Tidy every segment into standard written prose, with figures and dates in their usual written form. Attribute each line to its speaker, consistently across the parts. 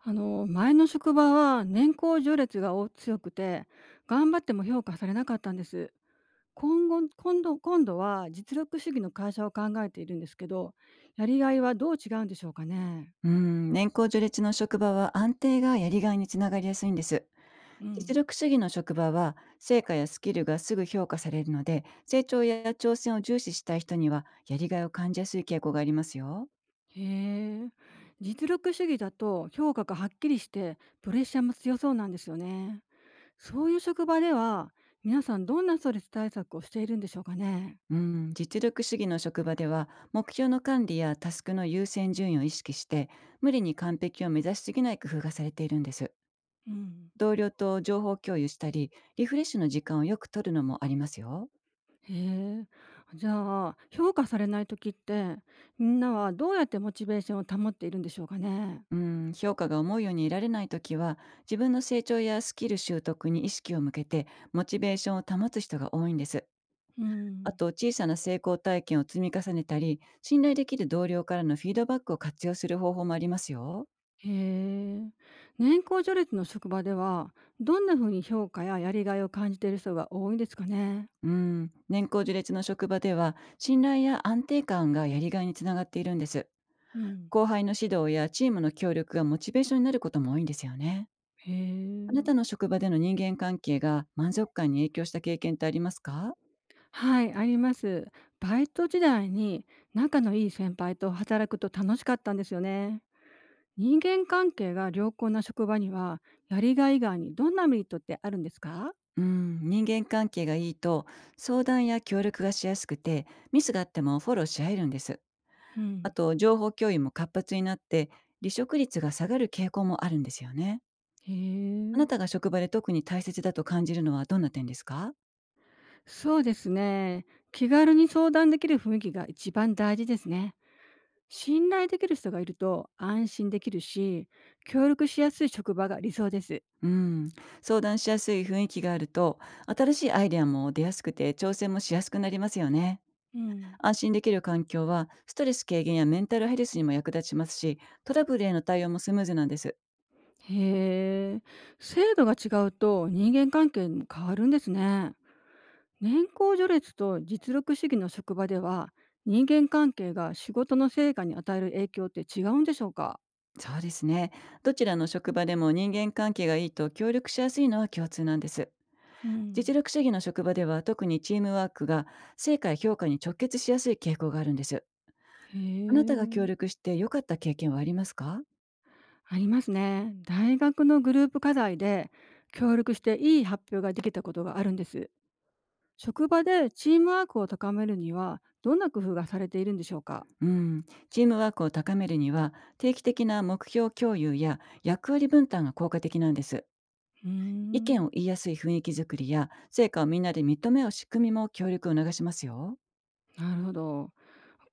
Speaker 1: あの前の職場は年功序列がお強くて頑張っても評価されなかったんです。今度は実力主義の会社を考えているんですけど、やりがいはどう違うんでしょうかね？
Speaker 2: うん、年功序列の職場は安定がやりがいにつながりやすいんです。
Speaker 1: う
Speaker 2: 実
Speaker 1: ん。
Speaker 2: 力主義の職場は成果やスキルがすぐ評価されるので、成長や挑戦を重視したい人にはやりがいを感じやすい傾向がありますよ。
Speaker 1: へえ。実力主義だと評価がはっきりしてプレッシャーも強そうなんですよね。そういう職場では皆さんどんなストレス対策をしているんでしょうかね？
Speaker 2: うん、実力主義の職場では目標の管理やタスクの優先順位を意識して、無理に完璧を目指しすぎない工夫がされているんです。
Speaker 1: うん。
Speaker 2: 同僚と情報共有したり、リフレッシュの時間をよく取るのもありますよ。
Speaker 1: へえ。じゃあ、評価されない時って、みんなはどうやってモチベーションを保っているんでしょうかね？
Speaker 2: うん、評価が思うように得られないときは、自分の成長やスキル習得に意識を向けて、モチベーションを保つ人が多いんです。
Speaker 1: う
Speaker 2: あ
Speaker 1: ん。
Speaker 2: と、小さな成功体験を積み重ねたり、信頼できる同僚からのフィードバックを活用する方法もありますよ。
Speaker 1: へえ。年功序列の職場では、どんな風に評価ややりがいを感じている人が多いんですかね？
Speaker 2: うん、年功序列の職場では、信頼や安定感がやりがいにつながっているんです。
Speaker 1: うん。
Speaker 2: 後輩の指導やチームの協力がモチベーションになることも多いんですよね。
Speaker 1: へ
Speaker 2: あな
Speaker 1: え。
Speaker 2: たの職場での人間関係が満足感に影響した経験ってありますか？
Speaker 1: はい、あります。バイト時代に仲のいい先輩と働くと楽しかったんですよね。人間関係が良好な職場には、やりがい以外にどんなメリットってあるんですか？
Speaker 2: うん、人間関係がいいと、相談や協力がしやすくてミスがあってもフォローし合えるんです。
Speaker 1: う
Speaker 2: あ
Speaker 1: ん。
Speaker 2: と情報共有も活発になって、離職率が下がる傾向もあるんですよね。
Speaker 1: へ
Speaker 2: あ
Speaker 1: え、
Speaker 2: なたが職場で特に大切だと感じるのはどんな点ですか？
Speaker 1: そうですね。気軽に相談できる雰囲気が一番大事ですね。信頼できる人がいると安心できるし、協力しやすい職場が理想です。
Speaker 2: うん、相談しやすい雰囲気があると、新しいアイデアも出やすくて挑戦もしやすくなりますよね。
Speaker 1: うん。
Speaker 2: 安心できる環境はストレス軽減やメンタルヘルスにも役立ちますし、トラブルへの対応もスムーズなんです。
Speaker 1: へえ。制度が違うと人間関係も変わるんですね。年功序列と実力主義の職場では、人間関係が仕事の成果に与える影響って違うんでしょうか？
Speaker 2: そうですね。どちらの職場でも人間関係がいいと協力しやすいのは共通なんです。
Speaker 1: う
Speaker 2: 実
Speaker 1: ん。
Speaker 2: 力主義の職場では特にチームワークが成果や評価に直結しやすい傾向があるんです。
Speaker 1: へ
Speaker 2: あなたが協
Speaker 1: え。
Speaker 2: 力して良かった経験はありますか？
Speaker 1: ありますね。大学のグループ課題で協力していい発表ができたことがあるんです。職場でチームワークを高めるにはどんな工夫がされているんでしょうか？
Speaker 2: うん、チームワークを高めるには定期的な目標共有や役割分担が効果的なんです。
Speaker 1: うー
Speaker 2: 意
Speaker 1: ん。
Speaker 2: 見を言いやすい雰囲気づくりや成果をみんなで認め合う仕組みも協力を促しますよ。
Speaker 1: なるほど。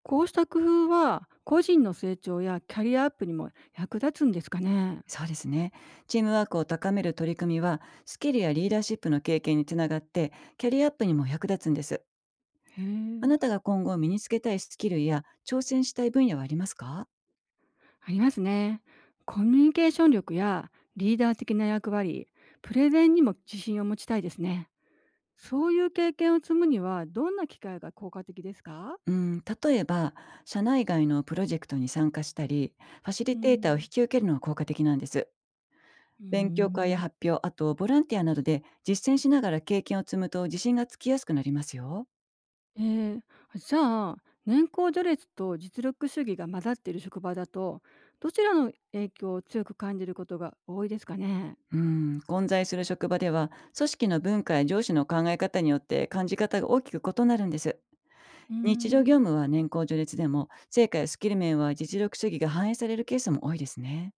Speaker 1: こうした工夫は個人の成長やキャリアアップにも役立つんですかね？
Speaker 2: そうですね。チームワークを高める取り組みはスキルやリーダーシップの経験につながって、キャリアアップにも役立つんです。
Speaker 1: へ
Speaker 2: あ
Speaker 1: え。
Speaker 2: なたが今後身につけたいスキルや挑戦したい分野はありますか？
Speaker 1: ありますね。コミュニケーション力やリーダー的な役割、プレゼンにも自信を持ちたいですね。そういう経験を積むにはどんな機会が効果的ですか？
Speaker 2: うん、例えば社内外のプロジェクトに参加したり、ファシ
Speaker 1: う
Speaker 2: リテーターを引
Speaker 1: ん。
Speaker 2: き受けるのが効果的なんです。
Speaker 1: うー
Speaker 2: 勉強会や
Speaker 1: ん。
Speaker 2: 発表、あとボランティアなどで実践しながら経験を積むと自信がつきやすくなりますよ。
Speaker 1: えーあ、じゃあ、年功序列と実力主義が混ざっている職場だと、どちらの影響を強く感じることが多いですかね？
Speaker 2: うん、混在する職場では組織の文化や上司の考え方によって感じ方が大きく異なるんです。
Speaker 1: うー
Speaker 2: 日常業
Speaker 1: ん。
Speaker 2: 務は年功序列でも成果やスキル面は実力主義が反映されるケースも多いですね。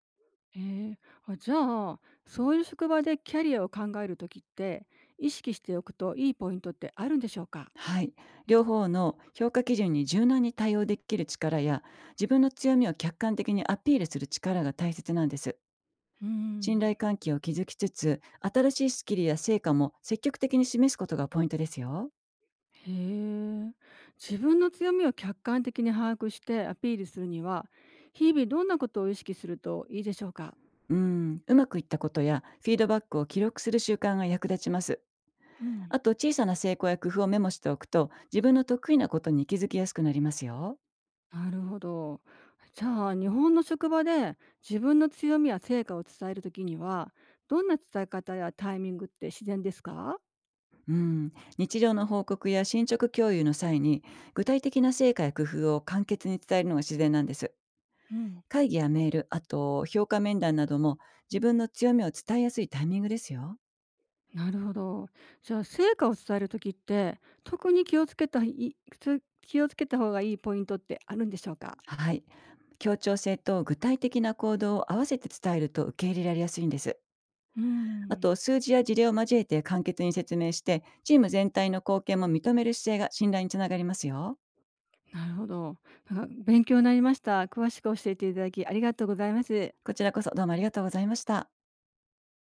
Speaker 1: えーあ、じゃあ、そういう職場でキャリアを考えるときって、意識しておくといいポイントってあるんでしょうか？
Speaker 2: はい、両方の評価基準に柔軟に対応できる力や自分の強みを客観的にアピールする力が大切なんです。
Speaker 1: う
Speaker 2: 信
Speaker 1: ん。
Speaker 2: 頼関係を築きつつ、新しいスキルや成果も積極的に示すことがポイントですよ。
Speaker 1: へえ。自分の強みを客観的に把握してアピールするには、日々どんなことを意識するといいでしょうか？
Speaker 2: うん、うまくいったことやフィードバックを記録する習慣が役立ちます。
Speaker 1: うん。
Speaker 2: あと、小さな成功や工夫をメモしておくと、自分の得意なことに気づきやすくなりますよ。
Speaker 1: なるほど。じゃあ日本の職場で自分の強みや成果を伝えるときにはどんな伝え方やタイミングって自然ですか？
Speaker 2: うん、日常の報告や進捗共有の際に、具体的な成果や工夫を簡潔に伝えるのが自然なんです。
Speaker 1: うん、
Speaker 2: 会議やメール、あと評価面談なども自分の強みを伝えやすいタイミングですよ。
Speaker 1: なるほど。じゃあ成果を伝えるときって特に気をつけた方がいいポイントってあるんでしょうか？
Speaker 2: はい。協調性と具体的な行動を合わせて伝えると受け入れられやすいんです。
Speaker 1: う
Speaker 2: あと、
Speaker 1: ん、
Speaker 2: 数字や事例を交えて簡潔に説明して、チーム全体の貢献も認める姿勢が信頼につながりますよ。
Speaker 1: なるほど。なんか勉強になりました。詳しく教えていただきありがとうございます。
Speaker 2: こちらこそどうもありがとうございました。